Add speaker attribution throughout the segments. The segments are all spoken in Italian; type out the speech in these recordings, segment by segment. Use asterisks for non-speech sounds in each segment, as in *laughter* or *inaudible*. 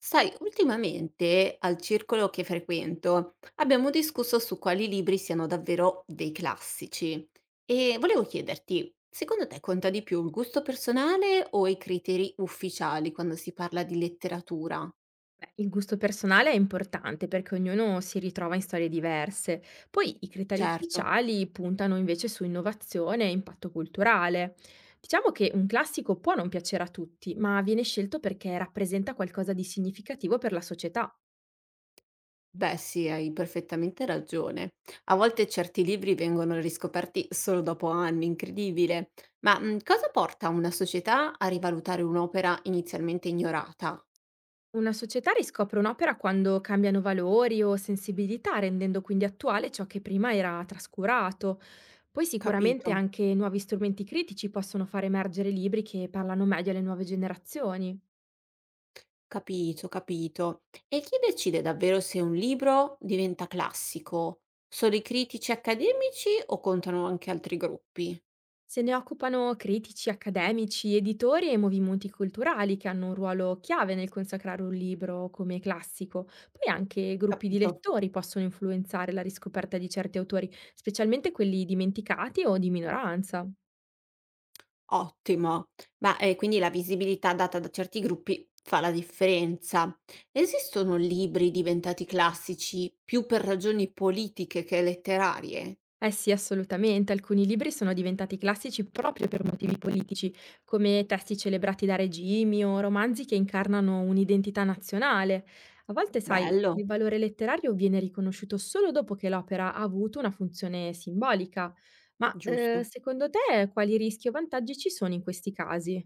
Speaker 1: Sai, ultimamente al circolo che frequento abbiamo discusso su quali libri siano davvero dei classici e volevo chiederti, secondo te conta di più il gusto personale o i criteri ufficiali quando si parla di letteratura?
Speaker 2: Beh, il gusto personale è importante perché ognuno si ritrova in storie diverse. Poi i criteri
Speaker 1: Certo,
Speaker 2: ufficiali puntano invece su innovazione e impatto culturale. Diciamo che un classico può non piacere a tutti, ma viene scelto perché rappresenta qualcosa di significativo per la società.
Speaker 1: beh sì, hai perfettamente ragione. A volte certi libri vengono riscoperti solo dopo anni, incredibile. Ma cosa porta una società a rivalutare un'opera inizialmente ignorata?
Speaker 2: Una società riscopre un'opera quando cambiano valori o sensibilità, rendendo quindi attuale ciò che prima era trascurato. Poi sicuramente
Speaker 1: Capito?
Speaker 2: anche nuovi strumenti critici possono far emergere libri che parlano meglio alle nuove generazioni.
Speaker 1: Capito, capito. E chi decide davvero se un libro diventa classico? Solo i critici accademici o contano anche altri gruppi?
Speaker 2: Se ne occupano critici, accademici, editori e movimenti culturali che hanno un ruolo chiave nel consacrare un libro come classico. Poi anche gruppi di
Speaker 1: Capito.
Speaker 2: lettori possono influenzare la riscoperta di certi autori, specialmente quelli dimenticati o di minoranza.
Speaker 1: Ottimo. Ma quindi la visibilità data da certi gruppi fa la differenza. Esistono libri diventati classici più per ragioni politiche che letterarie?
Speaker 2: Eh sì, assolutamente. Alcuni libri sono diventati classici proprio per motivi politici, come testi celebrati da regimi o romanzi che incarnano un'identità nazionale. A volte, sai,
Speaker 1: Bello,
Speaker 2: il valore letterario viene riconosciuto solo dopo che l'opera ha avuto una funzione simbolica. Ma
Speaker 1: giusto.
Speaker 2: secondo te quali rischi o vantaggi ci sono in questi casi?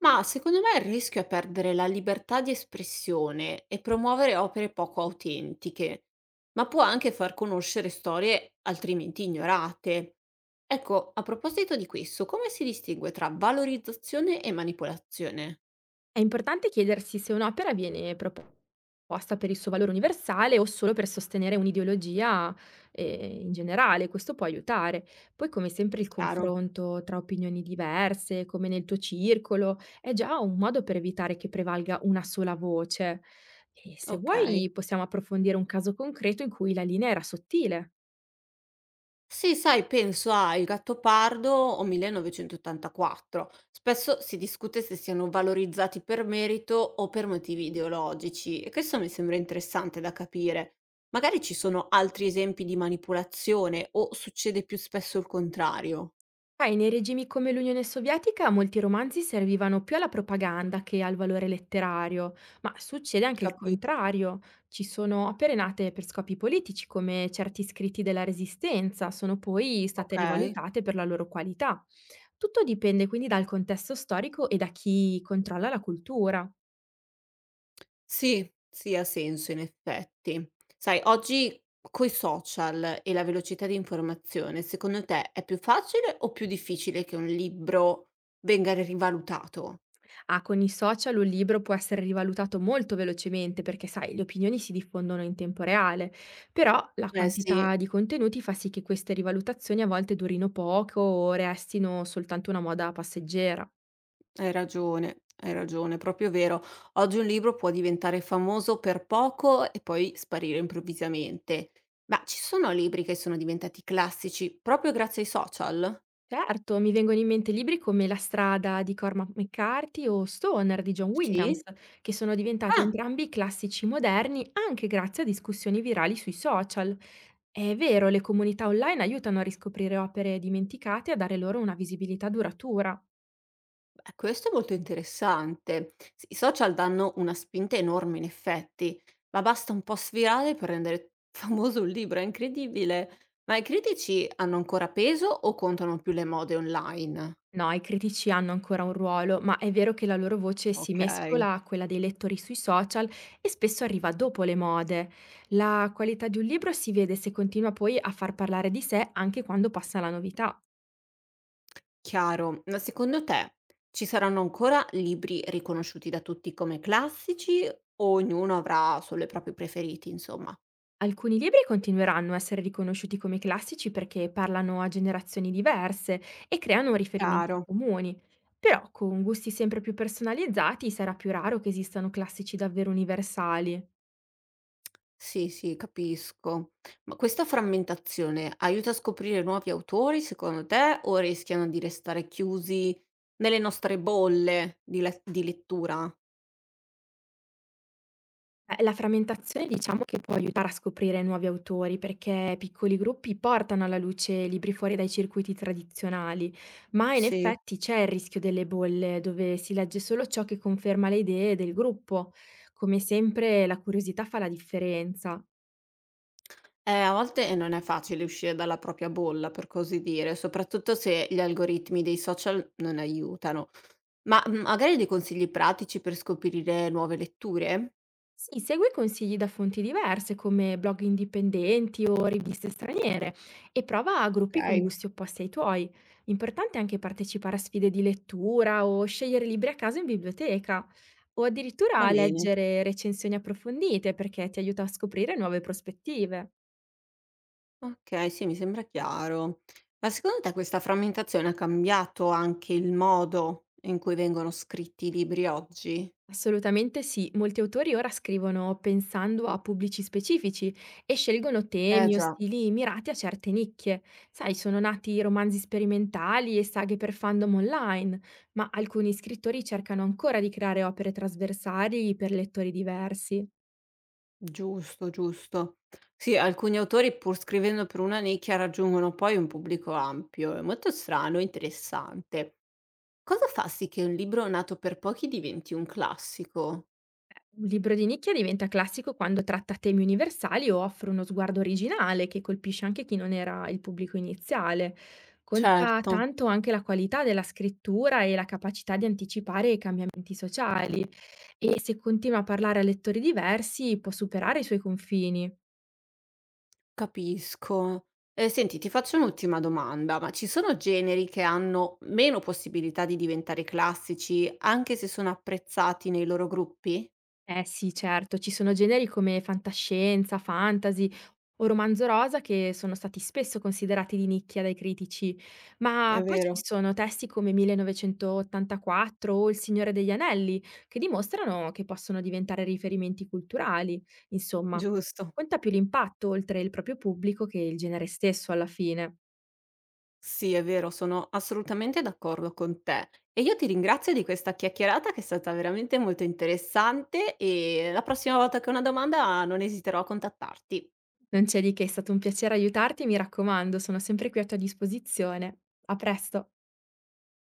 Speaker 1: Ma secondo me il rischio è perdere la libertà di espressione e promuovere opere poco autentiche, ma può anche far conoscere storie altrimenti ignorate. Ecco, a proposito di questo, come si distingue tra valorizzazione e manipolazione?
Speaker 2: È importante chiedersi se un'opera viene proposta per il suo valore universale o solo per sostenere un'ideologia, in generale, questo può aiutare. Poi come sempre il
Speaker 1: Chiaro,
Speaker 2: confronto tra opinioni diverse, come nel tuo circolo, è già un modo per evitare che prevalga una sola voce. E se
Speaker 1: ok.
Speaker 2: vuoi possiamo approfondire un caso concreto in cui la linea era sottile.
Speaker 1: Sì, sai, penso a Il Gattopardo o 1984. Spesso si discute se siano valorizzati per merito o per motivi ideologici, e questo mi sembra interessante da capire. Magari ci sono altri esempi di manipolazione o succede più spesso il contrario.
Speaker 2: Sai, nei regimi come l'Unione Sovietica molti romanzi servivano più alla propaganda che al valore letterario, ma succede anche il
Speaker 1: Capito?
Speaker 2: contrario. Ci sono opere nate per scopi politici, come certi scritti della Resistenza, sono poi state
Speaker 1: Ok.
Speaker 2: rivalutate per la loro qualità. Tutto dipende quindi dal contesto storico e da chi controlla la cultura.
Speaker 1: Sì, sì, ha senso in effetti. Sai, oggi coi social e la velocità di informazione, secondo te è più facile o più difficile che un libro venga rivalutato?
Speaker 2: Ah, con i social un libro può essere rivalutato molto velocemente perché, sai, le opinioni si diffondono in tempo reale, però la
Speaker 1: Eh sì,
Speaker 2: quantità di contenuti fa sì che queste rivalutazioni a volte durino poco o restino soltanto una moda passeggera.
Speaker 1: hai ragione, proprio vero. Oggi un libro può diventare famoso per poco e poi sparire improvvisamente. Ma ci sono libri che sono diventati classici proprio grazie ai social?
Speaker 2: Certo, mi vengono in mente libri come La strada di Cormac McCarthy o Stoner di John Williams,
Speaker 1: Sì?
Speaker 2: che sono diventati
Speaker 1: Ah!
Speaker 2: entrambi classici moderni anche grazie a discussioni virali sui social. È vero, le comunità online aiutano a riscoprire opere dimenticate e a dare loro una visibilità duratura.
Speaker 1: Beh, questo è molto interessante. S I social danno una spinta enorme in effetti, ma basta un po' svirare per rendere *laughs* famoso un libro, è incredibile. Ma i critici hanno ancora peso o contano più le mode online?
Speaker 2: No, i critici hanno ancora un ruolo, ma è vero che la loro voce si
Speaker 1: Okay,
Speaker 2: mescola a quella dei lettori sui social e spesso arriva dopo le mode. La qualità di un libro si vede se continua poi a far parlare di sé anche quando passa la novità.
Speaker 1: chiaro. Ma secondo te ci saranno ancora libri riconosciuti da tutti come classici o ognuno avrà solo i propri preferiti, insomma?
Speaker 2: Alcuni libri continueranno a essere riconosciuti come classici perché parlano a generazioni diverse e creano riferimenti
Speaker 1: Chiaro.
Speaker 2: comuni, però con gusti sempre più personalizzati sarà più raro che esistano classici davvero universali.
Speaker 1: Sì, sì, capisco. Ma questa frammentazione aiuta a scoprire nuovi autori, secondo te, o rischiano di restare chiusi nelle nostre bolle di di lettura?
Speaker 2: La frammentazione diciamo che può aiutare a scoprire nuovi autori, perché piccoli gruppi portano alla luce libri fuori dai circuiti tradizionali, ma in
Speaker 1: Sì.
Speaker 2: effetti c'è il rischio delle bolle, dove si legge solo ciò che conferma le idee del gruppo. Come sempre la curiosità fa la differenza.
Speaker 1: A volte non è facile uscire dalla propria bolla, per così dire, soprattutto se gli algoritmi dei social non aiutano. Ma magari dei consigli pratici per scoprire nuove letture?
Speaker 2: Sì, segui consigli da fonti diverse come blog indipendenti o riviste straniere e prova a
Speaker 1: Ok,
Speaker 2: gruppi con gusti opposti ai tuoi. Importante è anche partecipare a sfide di lettura o scegliere libri a caso in biblioteca o addirittura
Speaker 1: va
Speaker 2: a
Speaker 1: bene.
Speaker 2: leggere recensioni approfondite perché ti aiuta a scoprire nuove prospettive.
Speaker 1: Okay, sì, mi sembra chiaro. Ma secondo te questa frammentazione ha cambiato anche il modo in cui vengono scritti i libri oggi?
Speaker 2: Assolutamente sì, molti autori ora scrivono pensando a pubblici specifici e scelgono
Speaker 1: Eh
Speaker 2: temi o
Speaker 1: già.
Speaker 2: stili mirati a certe nicchie. Sai, sono nati romanzi sperimentali e saghe per fandom online, ma alcuni scrittori cercano ancora di creare opere trasversali per lettori diversi.
Speaker 1: Giusto, giusto. Sì, alcuni autori pur scrivendo per una nicchia raggiungono poi un pubblico ampio. È molto strano e interessante. Cosa fa sì che un libro nato per pochi diventi un classico?
Speaker 2: Un libro di nicchia diventa classico quando tratta temi universali o offre uno sguardo originale che colpisce anche chi non era il pubblico iniziale. Conta
Speaker 1: Certo.
Speaker 2: tanto anche la qualità della scrittura e la capacità di anticipare i cambiamenti sociali e se continua a parlare a lettori diversi può superare i suoi confini.
Speaker 1: Capisco. E senti, ti faccio un'ultima domanda, ma ci sono generi che hanno meno possibilità di diventare classici, anche se sono apprezzati nei loro gruppi?
Speaker 2: Eh sì, certo, ci sono generi come fantascienza, fantasy o romanzo rosa che sono stati spesso considerati di nicchia dai critici,
Speaker 1: È
Speaker 2: ma poi ci
Speaker 1: vero,
Speaker 2: sono testi come 1984 o Il Signore degli Anelli che dimostrano che possono diventare riferimenti culturali, insomma.
Speaker 1: giusto.
Speaker 2: Conta più l'impatto oltre il proprio pubblico che il genere stesso alla fine.
Speaker 1: Sì, è vero, sono assolutamente d'accordo con te. E io ti ringrazio di questa chiacchierata che è stata veramente molto interessante e la prossima volta che ho una domanda non esiterò a contattarti.
Speaker 2: Non c'è di che, è stato un piacere aiutarti e mi raccomando, sono sempre qui a tua disposizione. A presto!